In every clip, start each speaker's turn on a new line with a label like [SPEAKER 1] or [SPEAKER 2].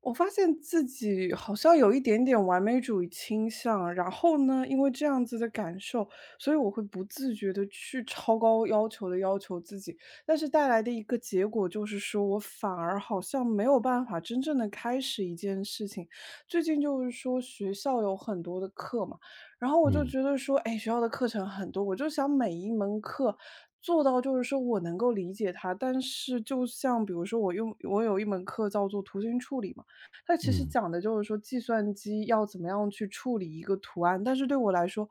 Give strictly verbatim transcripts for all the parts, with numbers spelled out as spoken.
[SPEAKER 1] 我发现自己好像有一点点完美主义倾向，然后呢，因为这样子的感受，所以我会不自觉的去超高要求的要求自己，但是带来的一个结果就是说，我反而好像没有办法真正的开始一件事情。最近就是说学校有很多的课嘛，然后我就
[SPEAKER 2] 嗯
[SPEAKER 1] 觉得说，哎，学校的课程很多，我就想每一门课做到就是说我能够理解它，但是就像比如说我用我有一门课叫做图形处理嘛。它其实
[SPEAKER 2] 嗯
[SPEAKER 1] 讲的就是说计算机要怎么样去处理一个图案，但是对我来说，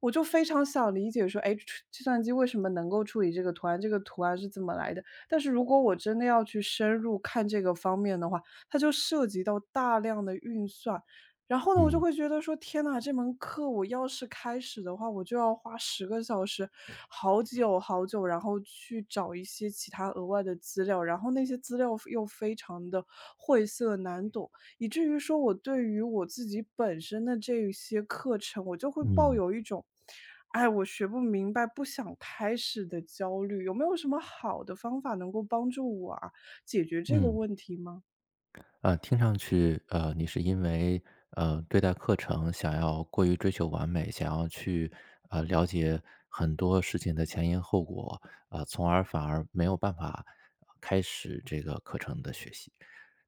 [SPEAKER 1] 我就非常想理解说，哎，计计算机为什么能够处理这个图案，这个图案是怎么来的？但是如果我真的要去深入看这个方面的话，它就涉及到大量的运算。然后呢，我就
[SPEAKER 2] 嗯
[SPEAKER 1] 会觉得说，天呐，这门课我要是开始的话，我就要花十个小时，好久好久，然后去找一些其他额外的资料，然后那些资料又非常的晦涩难懂。以至于说我对于我自己本身的这一些课程，我就会抱
[SPEAKER 2] 嗯
[SPEAKER 1] 有一种，哎，我学不明白，不想开始的焦虑。有没有什么好的方法能够帮助我啊，解决这个
[SPEAKER 2] 嗯，
[SPEAKER 1] 问题吗？
[SPEAKER 2] 啊，听上去，呃，你是因为呃对待课程想要过于追求完美，想要去呃了解很多事情的前因后果，呃，从而反而没有办法呃开始这个课程的学习。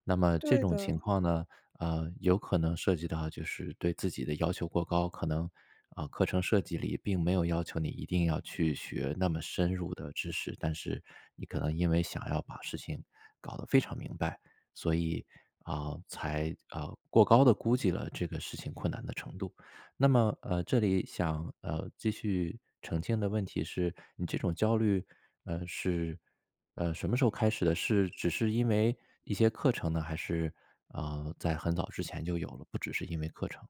[SPEAKER 2] 那么这
[SPEAKER 1] 对
[SPEAKER 2] 种
[SPEAKER 1] 的。
[SPEAKER 2] 情况呢，呃，有可能涉及到就是对自己的要求过高，可能啊、课程设计里并没有要求你一定要去学那么深入的知识，但是你可能因为想要把事情搞得非常明白，所以啊、才呃过高的估计了这个事情困难的程度。那么呃，这里想呃继续澄清的问题是，你这种焦虑呃是。呃，什么时候开始的？是只是因为一些课程呢，还是呃，在很早之前就有了，不只是因为课程？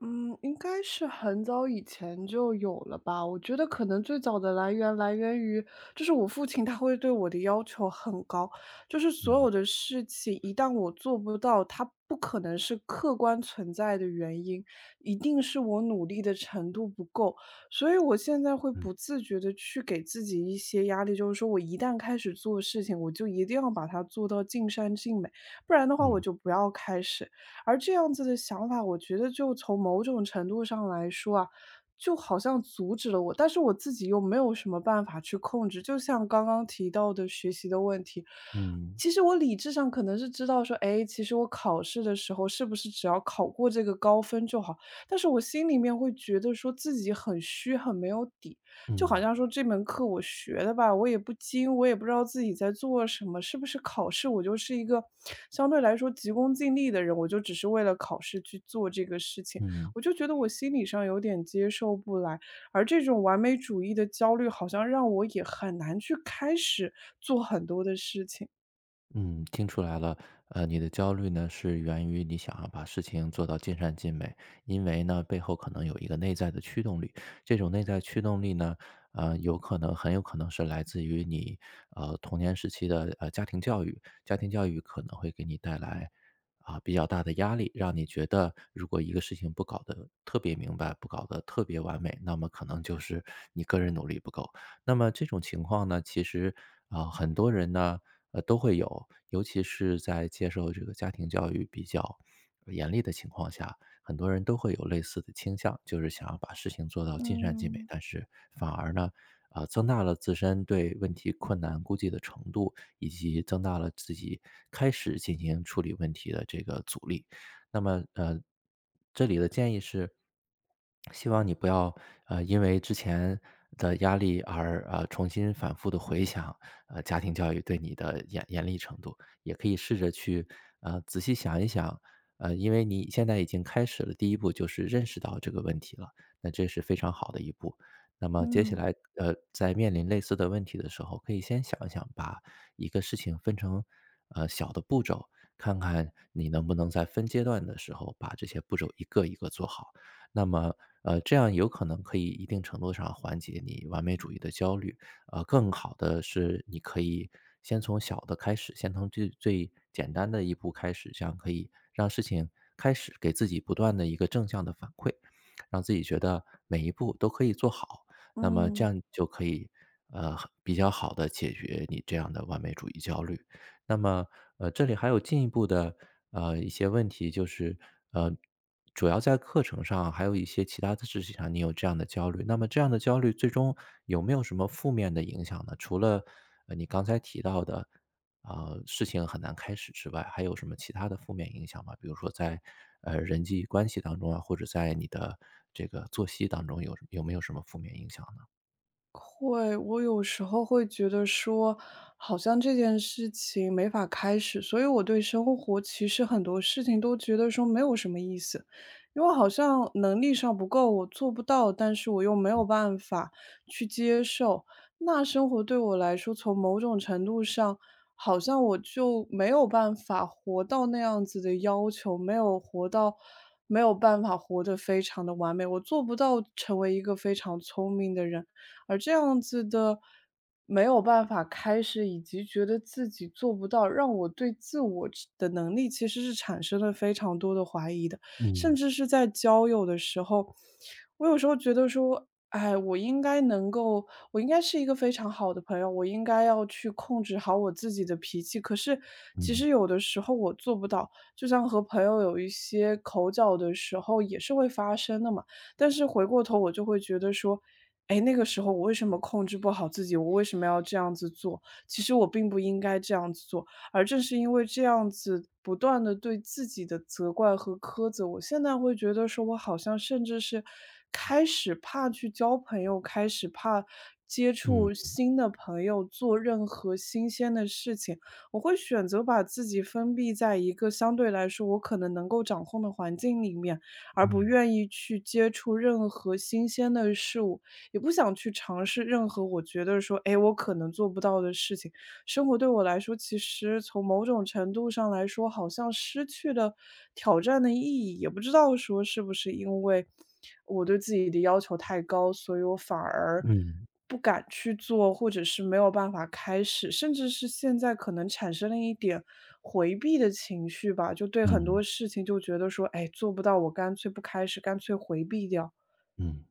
[SPEAKER 1] 嗯，应该是很早以前就有了吧。我觉得可能最早的来源来源于，就是我父亲他会对我的要求很高，就是所
[SPEAKER 2] 嗯
[SPEAKER 1] 有的事情一旦我做不到，他不可能是客观存在的原因，一定是我努力的程度不够。所以我现在会
[SPEAKER 2] 嗯。
[SPEAKER 1] 不自觉的去给自己一些压力，就是说我一旦开始做事情，我就一定要把它做到尽善尽美，不然的话我
[SPEAKER 2] 嗯
[SPEAKER 1] 就不要开始。而这样子的想法，我觉得就从某种程度上来说啊，就好像阻止了我，但是我自己又没有什么办法去控制。就像刚刚提到的学习的问题，
[SPEAKER 2] 嗯
[SPEAKER 1] 其实我理智上可能是知道说，哎，其实我考试的时候是不是只要考过这个高分就好，但是我心里面会觉得说自己很虚，很没有底。就好
[SPEAKER 2] 嗯
[SPEAKER 1] 像说这门课我学的吧，我也不精，我也不知道自己在做什么，是不是考试？我就是一个相对来说急功近利的人，我就只是为了考试去做这个事情，
[SPEAKER 2] 嗯。
[SPEAKER 1] 我就觉得我心理上有点接受不来。而这种完美主义的焦虑，好像让我也很难去开始做很多的事情。
[SPEAKER 2] 嗯，听出来了，呃，你的焦虑呢是源于你想要把事情做到尽善尽美，因为呢背后可能有一个内在的驱动力，这种内在驱动力呢，呃，有可能很有可能是来自于你呃童年时期的呃家庭教育，家庭教育可能会给你带来啊、比较大的压力，让你觉得如果一个事情不搞得特别明白，不搞得特别完美，那么可能就是你个人努力不够。那么这种情况呢，其实啊、呃很多人呢，呃，都会有，尤其是在接受这个家庭教育比较呃严厉的情况下，很多人都会有类似的倾向，就是想要把事情做到尽善尽美，
[SPEAKER 1] 嗯
[SPEAKER 2] 但是反而呢，啊、增大了自身对问题困难估计的程度，以及增大了自己开始进行处理问题的这个阻力。那么，呃，这里的建议是，希望你不要，呃，因为之前的压力而，呃，重新反复的回想，呃，家庭教育对你的严严厉程度。也可以试着去，呃，仔细想一想，呃，因为你现在已经开始了第一步，就是认识到这个问题了，那这是非常好的一步。那么接下
[SPEAKER 1] 嗯
[SPEAKER 2] 来，呃，在面临类似的问题的时候，可以先想一想，把一个事情分成，呃，小的步骤，看看你能不能在分阶段的时候把这些步骤一个一个做好。那么，呃，这样有可能可以一定程度上缓解你完美主义的焦虑。呃，更好的是，你可以先从小的开始，先从最最简单的一步开始，这样可以让事情开始，给自己不断的一个正向的反馈，让自己觉得每一步都可以做好。那么这
[SPEAKER 1] 嗯。
[SPEAKER 2] 样就可以，呃，比较好的解决你这样的完美主义焦虑。那么，呃，这里还有进一步的，呃，一些问题，就是，呃，主要在课程上，还有一些其他的事情上，你有这样的焦虑。那么这样的焦虑最终有没有什么负面的影响呢？除了，呃，你刚才提到的，啊、呃事情很难开始之外，还有什么其他的负面影响吗？比如说在，呃，人际关系当中啊，或者在你的这个作息当中有有没有什么负面影响呢？
[SPEAKER 1] 会，我有时候会觉得说，好像这件事情没法开始，所以我对生活其实很多事情都觉得说没有什么意思，因为好像能力上不够，我做不到，但是我又没有办法去接受。那生活对我来说，从某种程度上，好像我就没有办法活到那样子的要求，没有活到，没有办法活得非常的完美，我做不到成为一个非常聪明的人。而这样子的没有办法开始，以及觉得自己做不到，让我对自我之的能力其实是产生了非常多的怀疑的。甚
[SPEAKER 2] 嗯
[SPEAKER 1] 至是在交友的时候，我有时候觉得说，哎，我应该能够我应该是一个非常好的朋友，我应该要去控制好我自己的脾气。可是其
[SPEAKER 2] 嗯
[SPEAKER 1] 实有的时候我做不到，就像和朋友有一些口角的时候也是会发生的嘛。但是回过头我就会觉得说哎，那个时候我为什么控制不好自己？我为什么要这样子做？其实我并不应该这样子做，而正是因为这样子不断的对自己的责怪和苛责，我现在会觉得说我好像甚至是开始怕去交朋友，开始怕接
[SPEAKER 2] 嗯
[SPEAKER 1] 触新的朋友，做任何新鲜的事情。我会选择把自己封闭在一个相对来说我可能能够掌控的环境里面，而不
[SPEAKER 2] 嗯
[SPEAKER 1] 愿意去接触任何新鲜的事物。也不想去尝试任何我觉得说，哎，我可能做不到的事情。生活对我来说，其实从某种程度上来说，好像失去了挑战的意义。也不知道说是不是因为我对自己的要求太高，所以我反而
[SPEAKER 2] 嗯
[SPEAKER 1] 不敢去做，或者是没有办法开始，甚至是现在可能产生了一点回避的情绪吧，就对很多
[SPEAKER 2] 嗯
[SPEAKER 1] 事情就觉得说，哎，做不到，我干脆不开始，干脆回避掉。
[SPEAKER 2] 嗯。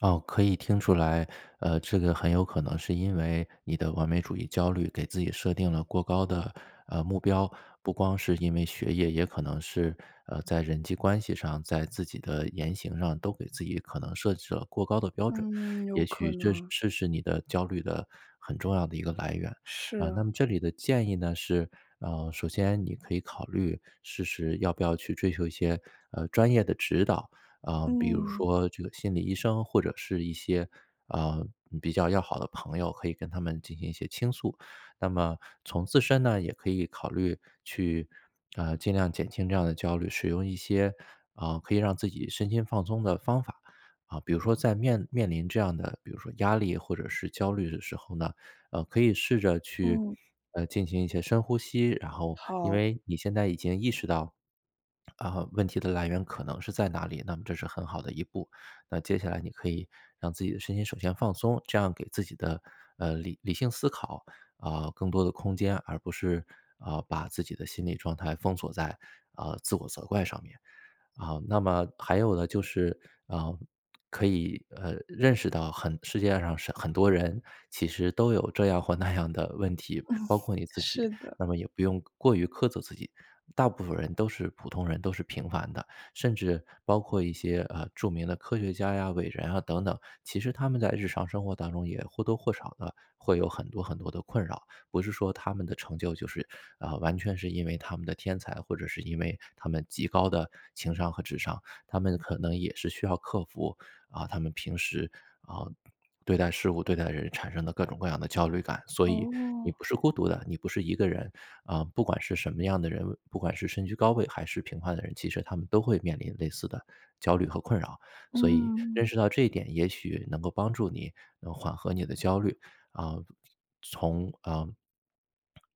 [SPEAKER 2] 哦，可以听出来，呃，这个很有可能是因为你的完美主义焦虑给自己设定了过高的呃目标，不光是因为学业，也可能是呃在人际关系上，在自己的言行上都给自己可能设置了过高的标准，
[SPEAKER 1] 嗯，有
[SPEAKER 2] 也
[SPEAKER 1] 可
[SPEAKER 2] 许这是
[SPEAKER 1] 能。
[SPEAKER 2] 这是你的焦虑的很重要的一个来源。
[SPEAKER 1] 是
[SPEAKER 2] 啊、那
[SPEAKER 1] 啊，
[SPEAKER 2] 么这里的建议呢是，呃，首先你可以考虑试试要不要去追求一些呃专业的指导。啊，比如
[SPEAKER 1] 嗯，
[SPEAKER 2] 说这个心理医生或者是一些，啊比较要好的朋友，可以跟他们进行一些倾诉。那么从自身呢，也可以考虑去，呃，尽量减轻这样的焦虑，使用一些，啊可以让自己身心放松的方法。啊，比如说在面面临这样的，比如说压力或者是焦虑的时候呢，呃，可以试着去，
[SPEAKER 1] 嗯，
[SPEAKER 2] 呃，进行一些深呼吸，然后因
[SPEAKER 1] 好，
[SPEAKER 2] 为你现在已经意识到啊，问题的来源可能是在哪里，那么这是很好的一步。那接下来你可以让自己的身心首先放松，这样给自己的，呃，理理性思考，啊，更多的空间，而不是，啊，把自己的心理状态封锁在，啊，自我责怪上面。啊，那么还有的就是啊，可以呃认识到很世界上是很多人其实都有这样或那样的问题，包括你自己，
[SPEAKER 1] 是的，
[SPEAKER 2] 那么也不用过于苛责自己。大部分人都是普通人，都是平凡的，甚至包括一些呃著名的科学家呀、伟人啊等等，其实他们在日常生活当中也或多或少的会有很多很多的困扰。不是说他们的成就就是，啊，呃完全是因为他们的天才，或者是因为他们极高的情商和智商，他们可能也是需要克服啊，他们平时啊，对待事物、对待人产生的各种各样的焦虑感。所以你
[SPEAKER 1] 哦，
[SPEAKER 2] 不是孤独的，你不是一个人，啊，不管是什么样的人，不管是身居高位还是平凡的人，其实他们都会面临类似的焦虑和困扰。所以认
[SPEAKER 1] 嗯，
[SPEAKER 2] 识到这一点，也许能够帮助你能缓和你的焦虑，啊，从啊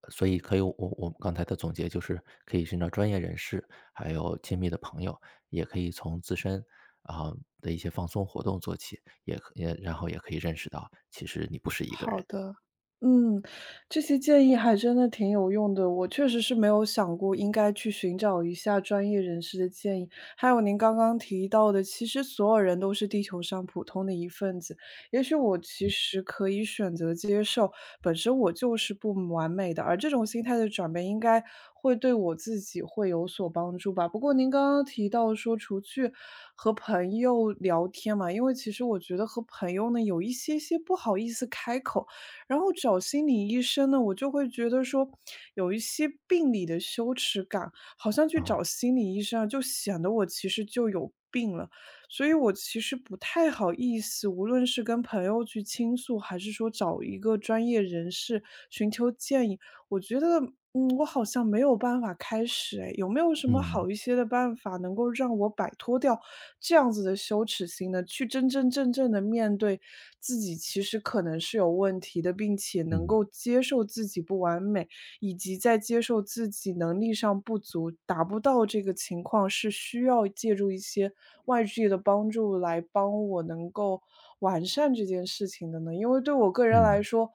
[SPEAKER 2] 所以可以我我们刚才的总结就是，可以寻找专业人士，还有亲密的朋友，也可以从自身啊、的一些放松活动做起，也可也然后也可以认识到，其实你不是一个
[SPEAKER 1] 好
[SPEAKER 2] 人
[SPEAKER 1] 的，嗯，这些建议还真的挺有用的，我确实是没有想过应该去寻找一下专业人士的建议。还有您刚刚提到的，其实所有人都是地球上普通的一份子，也许我其实可以选择接受，本身我就是不完美的，而这种心态的转变应该会对我自己会有所帮助吧。不过您刚刚提到说，除去和朋友聊天嘛，因为其实我觉得和朋友呢有一些些不好意思开口，然后找心理医生呢，我就会觉得说有一些病理的羞耻感，好像去
[SPEAKER 2] 啊、
[SPEAKER 1] 找心理医生啊，就显得我其实就有病了。所以我其实不太好意思，无论是跟朋友去倾诉，还是说找一个专业人士寻求建议，我觉得，嗯，我好像没有办法开始，哎，有没有什么
[SPEAKER 2] 嗯
[SPEAKER 1] 好一些的办法能够让我摆脱掉这样子的羞耻心呢？去真真正正的面对自己，其实可能是有问题的，并且能够
[SPEAKER 2] 嗯
[SPEAKER 1] 接受自己不完美，以及在接受自己能力上不足，达不到这个情况，是需要借助一些外界的帮助来帮我能够完善这件事情的呢？因为对我个人来
[SPEAKER 2] 嗯。
[SPEAKER 1] 说，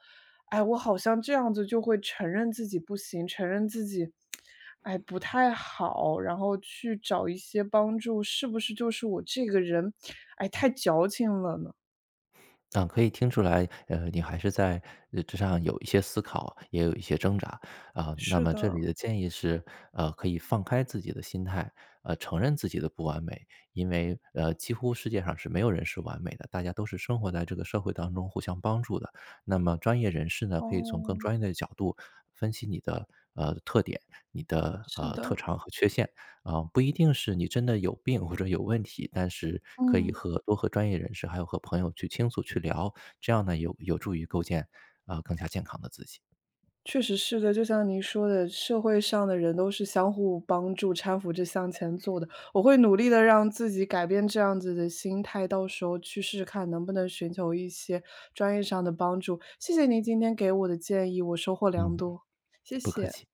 [SPEAKER 1] 哎，我好像这样子就会承认自己不行，承认自己，哎，不太好，然后去找一些帮助，是不是就是我这个人，哎，太矫情了呢？
[SPEAKER 2] 啊，可以听出来，呃，你还是在呃这上有一些思考，也有一些挣扎啊。那
[SPEAKER 1] 是
[SPEAKER 2] 么这
[SPEAKER 1] 的，
[SPEAKER 2] 里的建议是，呃，可以放开自己的心态，呃，承认自己的不完美，因为呃，几乎世界上是没有人是完美的，大家都是生活在这个社会当中互相帮助的。那么专业人士呢，可以从更
[SPEAKER 1] 哦，
[SPEAKER 2] 专业的角度分析你的呃特点、你的
[SPEAKER 1] 是
[SPEAKER 2] 呃特
[SPEAKER 1] 的，
[SPEAKER 2] 长和缺陷。啊，不一定是你真的有病或者有问题，但是可以
[SPEAKER 1] 嗯。
[SPEAKER 2] 和多和专业人士，还有和朋友去倾诉、去聊，这样呢有有助于构建啊、呃更加健康的自己。
[SPEAKER 1] 确实是的，就像您说的，社会上的人都是相互帮助、搀扶着向前走的。我会努力的让自己改变这样子的心态，到时候去试试看能不能寻求一些专业上的帮助。谢谢您今天给我的建议，我收获良
[SPEAKER 2] 嗯，
[SPEAKER 1] 多，谢
[SPEAKER 2] 不客
[SPEAKER 1] 谢。
[SPEAKER 2] 气。